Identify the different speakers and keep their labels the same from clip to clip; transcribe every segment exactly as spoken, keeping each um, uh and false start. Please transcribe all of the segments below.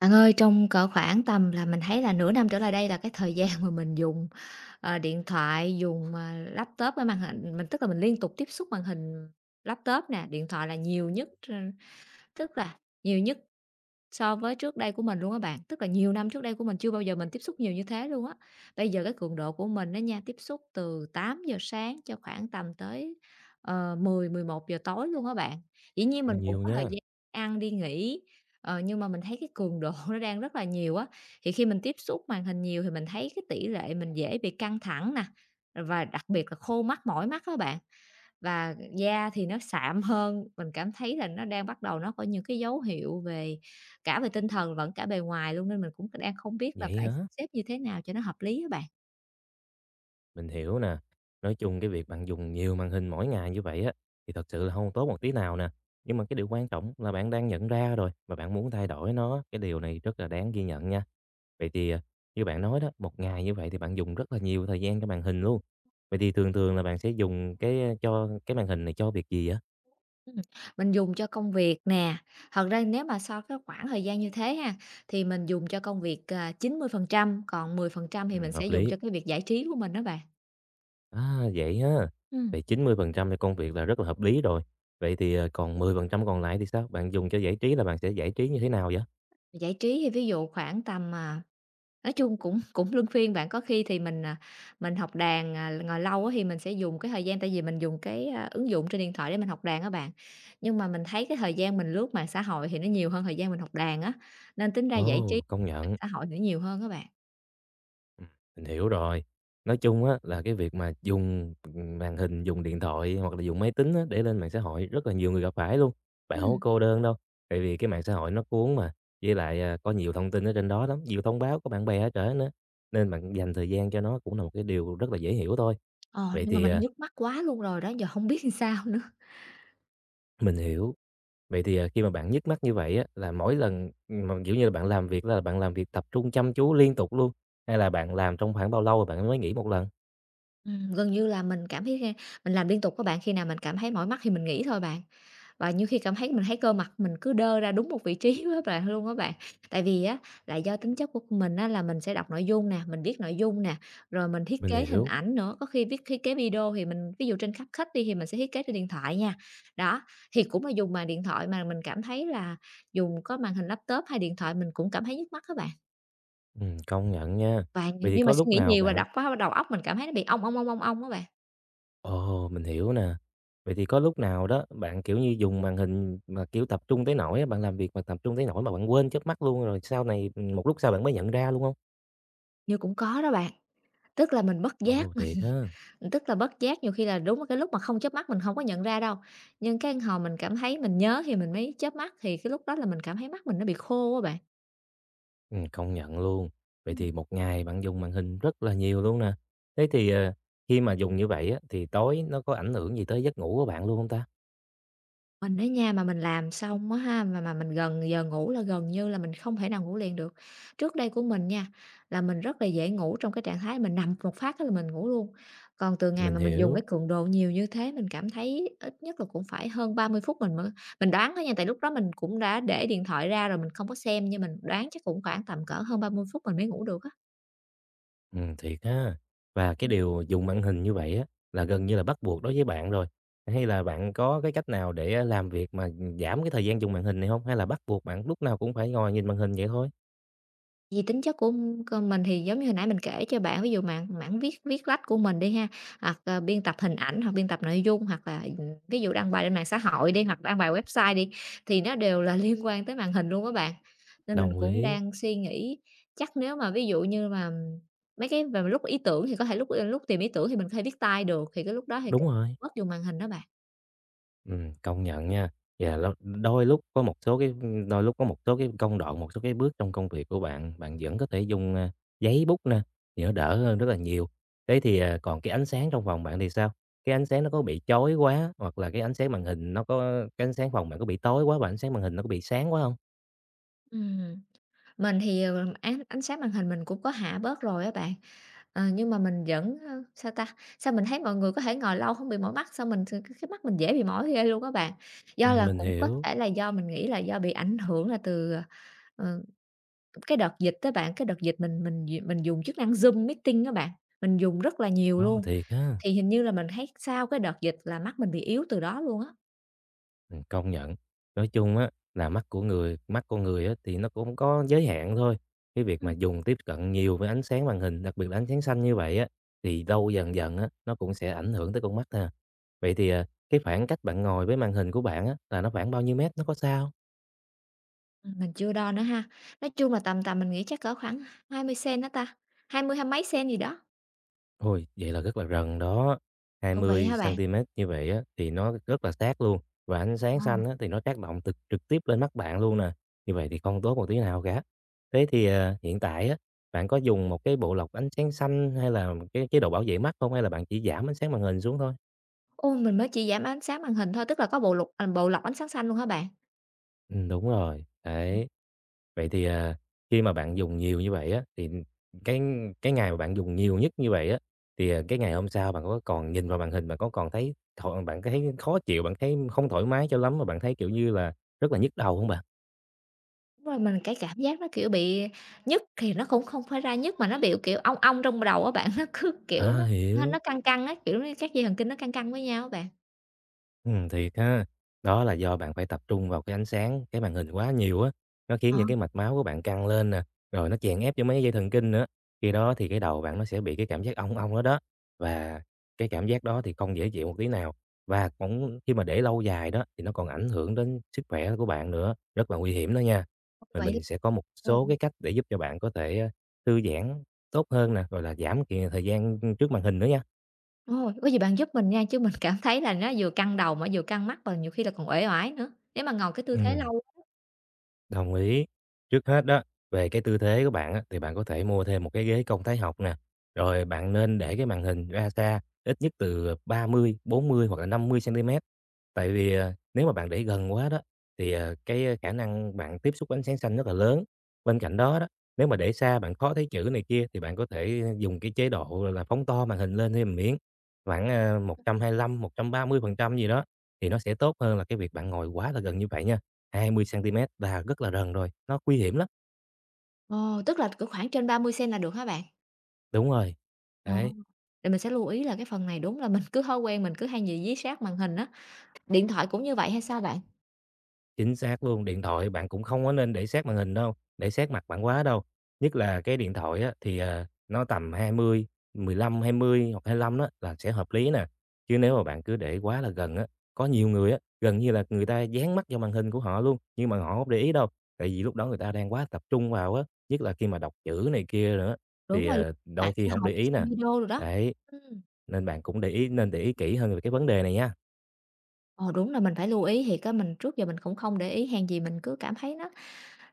Speaker 1: Bạn ơi, trong cỡ khoảng tầm là mình thấy là nửa năm trở lại đây là cái thời gian mà mình dùng, ờ, điện thoại, dùng, à, laptop với màn hình mình tức là mình liên tục tiếp xúc màn hình laptop nè, điện thoại là nhiều nhất ờ, tức là nhiều nhất so với trước đây của mình luôn á bạn, tức là nhiều năm trước đây của mình chưa bao giờ mình tiếp xúc nhiều như thế luôn á. Bây giờ cái cường độ của mình á nha, tiếp xúc từ tám giờ sáng cho khoảng tầm tới, uh, mười mười một giờ tối luôn á bạn. Dĩ nhiên
Speaker 2: Ôi,
Speaker 1: mình cũng
Speaker 2: nhiều
Speaker 1: có thời
Speaker 2: nha.
Speaker 1: gian ăn đi nghỉ, ờ, nhưng mà mình thấy cái cường độ nó đang rất là nhiều á. Thì khi mình tiếp xúc màn hình nhiều thì mình thấy cái tỷ lệ mình dễ bị căng thẳng nè, và đặc biệt là khô mắt, mỏi mắt á bạn. Và da thì nó sạm hơn, mình cảm thấy là nó đang bắt đầu nó có những cái dấu hiệu về cả về tinh thần lẫn cả bề ngoài luôn, nên mình cũng đang không biết là
Speaker 2: Vậy
Speaker 1: phải
Speaker 2: hả?
Speaker 1: xếp như thế nào cho nó hợp lý á bạn.
Speaker 2: Mình hiểu nè. Nói chung cái việc bạn dùng nhiều màn hình mỗi ngày như vậy á, thì thật sự là không tốt một tí nào nè. Nhưng mà cái điều quan trọng là bạn đang nhận ra rồi và bạn muốn thay đổi nó, cái điều này rất là đáng ghi nhận nha. Vậy thì, à, như bạn nói đó, một ngày như vậy thì bạn dùng rất là nhiều thời gian cho màn hình luôn. Vậy thì thường thường là bạn sẽ dùng cái, cho cái màn hình này cho việc gì á?
Speaker 1: Ừm, mình dùng cho công việc nè, thật ra nếu mà so cái khoảng thời gian như thế ha, thì mình dùng cho công việc, à, chín mươi phần trăm còn mười phần trăm thì
Speaker 2: Ừm,
Speaker 1: mình sẽ
Speaker 2: hợp
Speaker 1: dùng
Speaker 2: lý.
Speaker 1: cho cái việc giải trí của mình đó bạn.
Speaker 2: À, vậy ha.
Speaker 1: Ừm.
Speaker 2: Vậy chín mươi phần trăm cho công việc là rất là hợp lý rồi. Vậy thì, ờ, còn mười phần trăm còn lại thì sao? Bạn dùng cho giải trí là bạn sẽ giải trí như thế nào vậy?
Speaker 1: Giải trí thì ví dụ khoảng tầm, à nói chung cũng cũng luân phiên bạn, có khi thì mình, à, mình học đàn, à, ngồi lâu á thì mình sẽ dùng cái thời gian tại vì mình dùng cái, a, ứng dụng trên điện thoại để mình học đàn á bạn. Nhưng mà mình thấy cái thời gian mình lướt mạng xã hội thì nó nhiều hơn thời gian mình học đàn á, nên tính ra giải trí
Speaker 2: Ồ, công
Speaker 1: mạng
Speaker 2: nhận,
Speaker 1: xã hội thì nó nhiều hơn các bạn.
Speaker 2: ừm, mình hiểu rồi. Nói chung á là cái việc mà dùng, màn hình, dùng điện thoại hoặc là dùng máy tính á để lên mạng xã hội rất là nhiều người gặp phải luôn. Bạn không có
Speaker 1: Ừm.
Speaker 2: cô đơn đâu, tại vì cái mạng xã hội nó cuốn mà, với lại, à, có nhiều thông tin ở trên đó lắm, nhiều thông báo của bạn bè ở trển nữa, nên bạn dành thời gian cho nó cũng là một cái điều rất là dễ hiểu thôi.
Speaker 1: Ờ,
Speaker 2: Vậy
Speaker 1: nhưng mà
Speaker 2: thì,
Speaker 1: mình
Speaker 2: à,
Speaker 1: nhức mắt quá luôn rồi đó, giờ không biết làm sao nữa.
Speaker 2: mình hiểu. Vậy thì, à, khi mà bạn nhức mắt như vậy á, là mỗi lần mà, kiểu như là, bạn làm việc là bạn làm việc tập trung chăm chú liên tục luôn, hay là bạn làm trong khoảng bao lâu rồi bạn mới nghỉ một lần?
Speaker 1: Ừm, gần như là mình cảm thấy ra mình làm liên tục các bạn, khi nào mình cảm thấy mỏi mắt thì mình nghỉ thôi bạn. Và nhiều khi cảm thấy mình thấy cơ mặt mình cứ đơ ra đúng một vị trí với bạn luôn các bạn. Tại vì á là do tính chất của mình á là mình sẽ đọc nội dung nè, mình viết nội dung nè, rồi mình thiết
Speaker 2: Mình
Speaker 1: kế hình
Speaker 2: hiểu,
Speaker 1: ảnh nữa, có khi viết thiết kế video thì mình ví dụ trên khắp khách đi thì mình sẽ thiết kế trên điện thoại nha. Đó, thì cũng là dùng mà điện thoại mà mình cảm thấy là dùng có màn hình laptop hay điện thoại mình cũng cảm thấy nhức mắt các bạn.
Speaker 2: ừm, công nhận nha.
Speaker 1: Và
Speaker 2: Vậy thì
Speaker 1: nhưng mà
Speaker 2: có
Speaker 1: suy
Speaker 2: lúc
Speaker 1: nghĩ
Speaker 2: nào
Speaker 1: nhiều và
Speaker 2: bạn.
Speaker 1: đọc quá đầu óc mình cảm thấy nó bị ong, ong, ong, ong, ong các bạn.
Speaker 2: Ồ, mình hiểu nè. Vậy thì có lúc nào đó bạn, kiểu như, dùng màn hình mà, kiểu, tập trung tới nỗi á, bạn làm việc mà tập trung tới nỗi mà bạn quên chớp mắt luôn rồi sau này, một lúc sau bạn mới nhận ra luôn không?
Speaker 1: Như cũng có đó bạn, tức là mình bất giác
Speaker 2: Ồ, thiệt ha.
Speaker 1: mình tức là bất giác nhiều khi là đúng cái lúc mà không chớp mắt mình không có nhận ra đâu, nhưng cái hồi mình cảm thấy mình nhớ thì mình mới chớp mắt, thì cái lúc đó là mình cảm thấy mắt mình nó bị khô á bạn.
Speaker 2: Ừm, công nhận luôn. Vậy
Speaker 1: Ừm.
Speaker 2: thì một ngày bạn dùng màn hình rất là nhiều luôn nè. Thế thì, ờ, khi mà dùng như vậy á, thì tối nó có ảnh hưởng gì tới giấc ngủ của bạn luôn không ta?
Speaker 1: Mình ở nhà mà mình làm xong á ha, mà mà mình gần giờ ngủ là gần như là mình không thể nào ngủ liền được. Trước đây của mình nha, là mình rất là dễ ngủ trong cái trạng thái mình nằm một phát cái là mình ngủ luôn. Còn từ ngày
Speaker 2: Mình
Speaker 1: mà mình dùng cái
Speaker 2: hiểu,
Speaker 1: cường độ nhiều như thế, mình cảm thấy ít nhất là cũng phải hơn ba mươi phút mình mới mình đoán thôi nha, tại lúc đó mình cũng đã để điện thoại ra rồi mình không có xem, nhưng mình đoán chắc cũng khoảng tầm cỡ hơn ba mươi phút mình mới ngủ được á.
Speaker 2: ừm, thiệt ha. Và cái điều dùng màn hình như vậy á, là gần như là bắt buộc đối với bạn rồi, hay là bạn có cái cách nào để, làm việc mà, giảm cái thời gian dùng màn hình này không? Hay là bắt buộc bạn lúc nào cũng phải ngồi nhìn màn hình vậy thôi?
Speaker 1: Vì tính chất của c mình thì giống như hồi nãy mình kể cho bạn, ví dụ mảng mảng viết viết lách của mình đi ha, hoặc, ờ, biên tập hình ảnh, hoặc biên tập nội dung, hoặc là, ừm, ví dụ đăng bài lên mạng xã hội đi, hoặc đăng bài website đi, thì nó đều là liên quan tới màn hình luôn các bạn. Nên mình
Speaker 2: Đồng
Speaker 1: cũng
Speaker 2: ý,
Speaker 1: đang suy nghĩ chắc nếu mà ví dụ như mà mấy cái về lúc ý tưởng thì có thể lúc, lúc tìm ý tưởng thì mình có thể viết tay được, thì cái lúc đó thì
Speaker 2: đúng rồi.
Speaker 1: bớt dùng màn hình đó bạn.
Speaker 2: Ừm, công nhận nha. Và ló đôi lúc có một số cái, đôi lúc có một số cái công đoạn, một số cái bước trong công việc của bạn, bạn vẫn có thể dùng, à, giấy bút nè, thì nó đỡ hơn rất là nhiều. Thế thì, à, còn cái ánh sáng trong phòng bạn thì sao? Cái ánh sáng nó có bị chói quá, hoặc là cái ánh sáng màn hình nó có cái ánh sáng phòng bạn có bị tối quá và ánh sáng màn hình nó có bị sáng quá không?
Speaker 1: Ừm, mình thì, ờ, ánh ánh sáng màn hình mình cũng có hạ bớt rồi á bạn. Ờ, nhưng mà mình vẫn, ơ, sao ta, sao mình thấy mọi người có thể ngồi lâu không bị mỏi mắt, sao mình thì cái cái mắt mình dễ bị mỏi ghê luôn các bạn. Do
Speaker 2: Ừm,
Speaker 1: là
Speaker 2: mình
Speaker 1: cũng có
Speaker 2: hiểu.
Speaker 1: thể là do mình nghĩ là do bị ảnh hưởng là từ, ờ, cái đợt dịch các bạn, cái đợt dịch mình mình mình dùng chức năng Zoom Meeting các bạn, mình dùng rất là nhiều
Speaker 2: Ồ,
Speaker 1: luôn,
Speaker 2: thiệt ha!
Speaker 1: thì hình như là mình thấy sau cái đợt dịch là mắt mình bị yếu từ đó luôn á.
Speaker 2: Ừm, công nhận. Nói chung á là mắt của người mắt con người á thì nó cũng có giới hạn thôi. Cái việc mà
Speaker 1: Ừm,
Speaker 2: dùng tiếp cận nhiều với ánh sáng màn hình, đặc biệt là ánh sáng xanh như vậy á, thì lâu dần dần á, nó cũng sẽ ảnh hưởng tới con mắt ha. Vậy thì, à, cái khoảng cách bạn ngồi với màn hình của bạn á, là nó khoảng bao nhiêu mét? Nó có xa hông?
Speaker 1: ừm, mình chưa đo nữa ha. Nói chung là tầm tầm mình nghĩ chắc cỡ khoảng hai mươi xen đó ta? Hai mươi hai mấy xen gì đó.
Speaker 2: Ôi, vậy là rất là gần đó.
Speaker 1: Ồ, vậy hả bạn?
Speaker 2: hai mươi xăng ti mét như vậy á, thì nó rất là sát luôn, và ánh sáng
Speaker 1: Ờ.
Speaker 2: xanh á, thì nó tác động trực trực tiếp lên mắt bạn luôn nè, như vậy thì không tốt một tí nào cả. Thế thì, à, hiện tại á, bạn có dùng một cái bộ lọc ánh sáng xanh hay là một cái chế độ bảo vệ mắt không? Hay là bạn chỉ giảm ánh sáng màn hình xuống thôi?
Speaker 1: Ô, mình mới chỉ giảm ánh sáng màn hình thôi, tức là có bộ lọc à, bộ lọc ánh sáng xanh luôn hả bạn?
Speaker 2: Ừm, đúng rồi, đấy. Vậy thì, à, khi mà bạn dùng nhiều như vậy á, thì cái cái ngày mà bạn dùng nhiều nhất như vậy á, thì, à, cái ngày hôm sau bạn có còn nhìn vào màn hình, bạn có còn thấy thọ bạn có thấy khó chịu, bạn thấy không thoải mái cho lắm, mà bạn thấy, kiểu như là, rất là nhức đầu không bạn?
Speaker 1: Đúng rồi, mình cái cảm giác nó, kiểu, bị nhức thì nó cũng không phải ra nhức mà nó bị, kiểu, ong ong trong đầu á bạn, nó cứ, kiểu,
Speaker 2: À,
Speaker 1: nó nó nó
Speaker 2: hiểu.
Speaker 1: căng căng á, kiểu như, các dây thần kinh nó căng căng với nhau á bạn.
Speaker 2: Ừm, thiệt ha. Đó là do bạn phải tập trung vào cái ánh sáng, cái màn hình quá nhiều á, nó khiến
Speaker 1: Ờ,
Speaker 2: những cái mạch máu của bạn căng lên nè, rồi nó chèn ép cho mấy dây thần kinh nữa. Khi đó thì cái đầu bạn nó sẽ bị cái cảm giác ong ong đó đó, và cái cảm giác đó thì không dễ chịu một tí nào. Và cũng khi mà để lâu dài đó thì nó còn ảnh hưởng đến sức khỏe của bạn nữa, rất là nguy hiểm đó nha. Và
Speaker 1: vậy l
Speaker 2: mình sẽ có một số
Speaker 1: Ừm.
Speaker 2: cái cách để giúp cho bạn có thể, ơ, thư giãn tốt hơn nè, rồi là giảm kì thời gian, trước màn hình nữa nha.
Speaker 1: Ồ, có gì bạn giúp mình nha, chứ mình cảm thấy là nó vừa căng đầu mà vừa căng mắt và nhiều khi là còn uể oải nữa, nếu mà ngồi cái tư thế
Speaker 2: Ừm.
Speaker 1: lâu á.
Speaker 2: Đồng ý. Trước hết đó, về cái tư thế của bạn á, thì bạn có thể mua thêm một cái ghế công thái học nè. Rồi bạn nên để cái màn hình ra xa, ít nhất từ ba mươi bốn mươi hoặc là năm mươi cm. Tại vì, à, nếu mà bạn để gần quá đó, thì, à, cái, a, khả năng bạn tiếp xúc với ánh sáng xanh rất là lớn. Bên cạnh đó đó, nếu mà để xa bạn khó thấy chữ này kia thì bạn có thể dùng cái chế độ là phóng to màn hình lên thêm miếng khoảng, a, một trăm hai mươi nhăm, một trăm ba mươi phần trăm gì đó, thì nó sẽ tốt hơn là cái việc bạn ngồi quá là gần như vậy nha. hai mươi centimet là rất là gần rồi, nó nguy hiểm lắm.
Speaker 1: Ờ, tức là cỡ khoảng trên ba mươi cm là được hả bạn?
Speaker 2: Đúng rồi,
Speaker 1: Ờ,
Speaker 2: đấy.
Speaker 1: để mình sẽ lưu ý là cái phần này đúng là mình cứ thói quen mình cứ hay nhìn dí sát màn hình á, điện thoại cũng như vậy hay sao bạn?
Speaker 2: Chính xác luôn, điện thoại bạn cũng không có nên để sát màn hình đâu, để sát mặt bạn quá đâu. Nhất là cái điện thoại á, thì, ờ, nó tầm hai mươi mười lăm hai mươi hoặc hai lăm đó là sẽ hợp lý nè. Chứ nếu mà bạn cứ để quá là gần á, có nhiều người á, gần như là người ta dán mắt vào màn hình của họ luôn, nhưng mà họ không để ý đâu. Tại vì lúc đó người ta đang quá tập trung vào á, nhất là khi mà đọc chữ này kia nữa,
Speaker 1: Đúng
Speaker 2: thì,
Speaker 1: rồi,
Speaker 2: ờ,
Speaker 1: mạng
Speaker 2: đôi khi
Speaker 1: xã
Speaker 2: không
Speaker 1: hội
Speaker 2: để
Speaker 1: hay
Speaker 2: ý nè.
Speaker 1: xem video rồi đó.
Speaker 2: Đấy,
Speaker 1: Ừm,
Speaker 2: nên bạn cũng để ý nên để ý kỹ hơn về cái vấn đề này nha.
Speaker 1: ờ, đúng là mình phải lưu ý thiệt á, mình trước giờ mình cũng không để ý, hèn gì mình cứ cảm thấy nó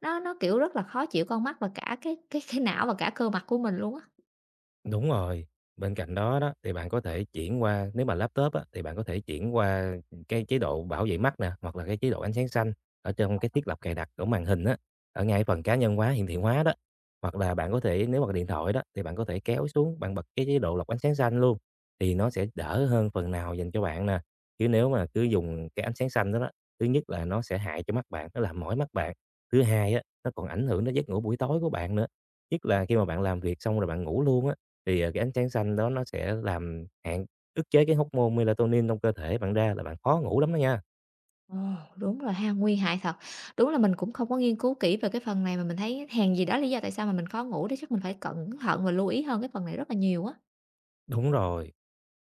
Speaker 1: nó nó, kiểu, rất là khó chịu con mắt và cả cái cái cái não và cả cơ mặt của mình luôn á.
Speaker 2: Đúng rồi. Bên cạnh đó đó, thì bạn có thể chuyển qua nếu mà laptop á, thì bạn có thể chuyển qua cái chế độ bảo vệ mắt nè, hoặc là cái chế độ ánh sáng xanh ở trong cái thiết lập cài đặt của màn hình á, ở ngay phần cá nhân hóa, hiển thị hóa đó. Hoặc là bạn có thể nếu mà điện thoại đó, thì bạn có thể kéo xuống, bạn bật cái chế độ lọc ánh sáng xanh luôn, thì nó sẽ đỡ hơn phần nào dành cho bạn nè. Chứ nếu mà cứ dùng cái ánh sáng xanh đó đó, thứ nhất là nó sẽ hại cho mắt bạn, nó làm mỏi mắt bạn. Thứ hai á, nó còn ảnh hưởng đến giấc ngủ buổi tối của bạn nữa. Nhất là khi mà bạn làm việc xong rồi bạn ngủ luôn á thì, ờ, cái ánh sáng xanh đó nó sẽ làm hạn ức chế cái hormone melatonin trong cơ thể bạn ra là bạn khó ngủ lắm đó nha.
Speaker 1: Ồ, đúng rồi ha, nguy hại thật. Đúng là mình cũng không có nghiên cứu kỹ về cái phần này mà mình thấy hèn gì đó lý do tại sao mà mình khó ngủ đấy chắc mình phải cẩn thận và lưu ý hơn cái phần này rất là nhiều á.
Speaker 2: Đúng rồi.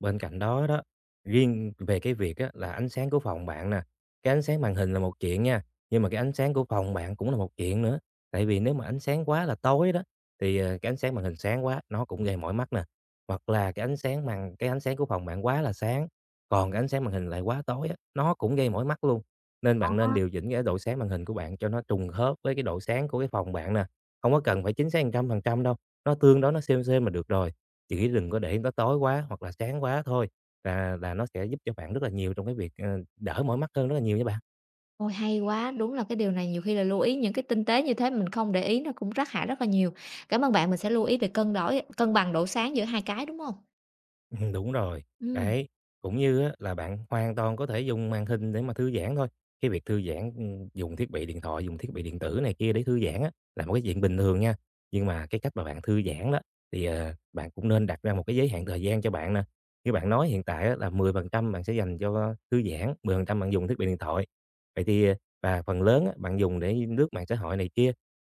Speaker 2: Bên cạnh đó đó, riêng về cái việc á là ánh sáng của phòng bạn nè, cái ánh sáng màn hình là một chuyện nha, nhưng mà cái ánh sáng của phòng bạn cũng là một chuyện nữa. Tại vì nếu mà ánh sáng quá là tối đó, thì, ờ, cái ánh sáng màn hình sáng quá nó cũng gây mỏi mắt nè, hoặc là cái ánh sáng màn cái ánh sáng của phòng bạn quá là sáng, còn cái ánh sáng màn hình lại quá tối á, nó cũng gây mỏi mắt luôn. Nên
Speaker 1: Ờ,
Speaker 2: bạn nên điều chỉnh cái độ sáng màn hình của bạn cho nó trùng khớp với cái độ sáng của cái phòng bạn nè, không có cần phải chính xác một trăm phần trăm đâu, nó tương đối nó xem xem mà được rồi, chỉ đừng có để nó tối quá hoặc là sáng quá thôi, là là nó sẽ giúp cho bạn rất là nhiều trong cái việc, ờ, đỡ mỏi mắt hơn rất là nhiều nha bạn.
Speaker 1: ôi, hay quá, đúng là cái điều này nhiều khi là lưu ý những cái tinh tế như thế mình không để ý nó cũng rắc hại rất là nhiều. Cảm ơn bạn, mình sẽ lưu ý về cân đối cân bằng độ sáng giữa hai cái, đúng hông?
Speaker 2: Ừm, đúng rồi.
Speaker 1: Ừm,
Speaker 2: Đấy, cũng như á là bạn hoàn toàn có thể dùng màn hình để mà thư giãn thôi. Cái việc thư giãn, ừm, dùng thiết bị điện thoại, dùng thiết bị điện tử này kia để thư giãn á, là một cái chuyện bình thường nha. Nhưng mà cái cách mà bạn thư giãn đó, thì, ờ, bạn cũng nên đặt ra một cái giới hạn thời gian cho bạn nè. Như bạn nói hiện tại á là mười phần trăm bạn sẽ dành cho thư giãn, mười phần trăm bạn dùng thiết bị điện thoại. Vậy thì, ờ, và phần lớn á, bạn dùng để lướt mạng xã hội này kia.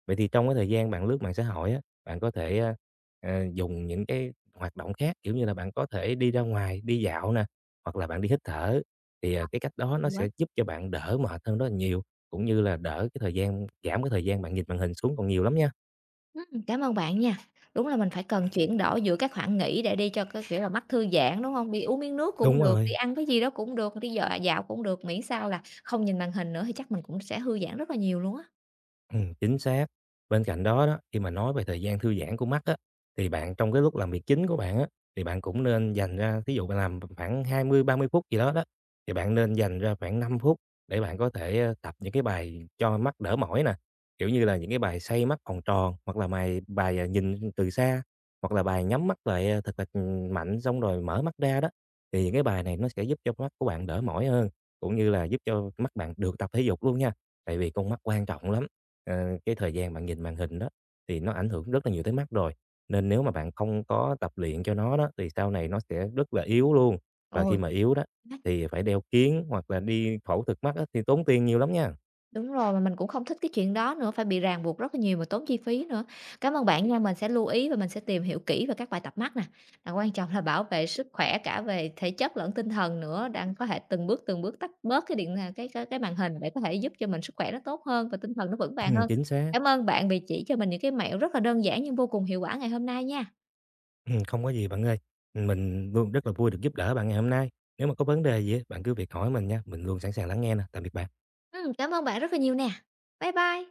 Speaker 2: Vậy thì trong cái thời gian bạn lướt mạng xã hội á, bạn có thể, a, ờ, dùng những cái hoạt động khác, kiểu như là, bạn có thể đi ra ngoài, đi dạo nè, hoặc là bạn đi hít thở, thì, à, cái cách đó nó
Speaker 1: hay quá.
Speaker 2: sẽ giúp cho bạn đỡ mệt hơn rất là nhiều, cũng như là đỡ cái thời gian giảm cái thời gian bạn nhìn màn hình xuống còn nhiều lắm nha.
Speaker 1: Ừm, cảm ơn bạn nha. Đúng là mình phải cần chuyển đổi giữa các khoảng nghỉ để đi cho cái, kiểu là, mắt thư giãn, đúng hông? Đi uống miếng nước cũng
Speaker 2: Đúng
Speaker 1: được, đi
Speaker 2: rồi.
Speaker 1: ăn cái gì đó cũng được, đi dò dạo cũng được, miễn sao là không nhìn màn hình nữa thì chắc mình cũng sẽ thư giãn rất là nhiều luôn á.
Speaker 2: Ừm, chính xác. Bên cạnh đó đó, khi mà nói về thời gian thư giãn của mắt á, thì bạn trong cái lúc làm việc chính của bạn á, thì bạn cũng nên dành ra thí dụ bạn làm khoảng hai mươi ba mươi phút gì đó đó, thì bạn nên dành ra khoảng năm phút để bạn có thể, ơ, tập những cái bài cho mắt đỡ mỏi nè, kiểu như là, những cái bài "Xây mắt vòng tròn" hoặc là bài bài, à, "Nhìn từ xa", hoặc là bài "Nhắm mắt lại, à, thật là, mạnh xong rồi mở mắt ra" đó. Thì những cái bài này nó sẽ giúp cho mắt của bạn đỡ mỏi hơn, cũng như là giúp cho mắt bạn được tập thể dục luôn nha, tại vì con mắt quan trọng lắm. Ờ, cái thời gian bạn nhìn màn hình đó thì nó ảnh hưởng rất là nhiều tới mắt rồi. Nên nếu mà bạn không có tập luyện cho nó đó thì sau này nó sẽ rất là yếu luôn. Và khi
Speaker 1: Rồi.
Speaker 2: mà yếu đó thì phải đeo kiếng hoặc là đi phẫu thuật mắt á, thì tốn tiền nhiều lắm nha.
Speaker 1: Đúng rồi, mà mình cũng không thích cái chuyện đó nữa, phải bị ràng buộc rất là nhiều và tốn chi phí nữa. Cảm ơn bạn nha, mình sẽ lưu ý và mình sẽ tìm hiểu kỹ về các bài tập mắt nè. Và quan trọng là bảo vệ sức khỏe cả về thể chất lẫn tinh thần nữa, đang có thể từng bước từng bước tắt bớt cái điện à, cái cái cái màn hình để có thể giúp cho mình sức khỏe nó tốt hơn và tinh thần nó vững vàng hơn.
Speaker 2: Chính xác.
Speaker 1: Cảm ơn bạn vì chỉ cho mình những cái mẹo rất là đơn giản nhưng vô cùng hiệu quả ngày hôm nay nha.
Speaker 2: Ừm, Không có gì bạn ơi. Mình luôn rất là vui được giúp đỡ bạn ngày hôm nay. Nếu mà có vấn đề gì á, bạn cứ việc hỏi mình nha. Mình luôn sẵn sàng lắng nghe nè. Tạm biệt bạn.
Speaker 1: Ừm, cảm ơn bạn rất là nhiều nè. Bye bye.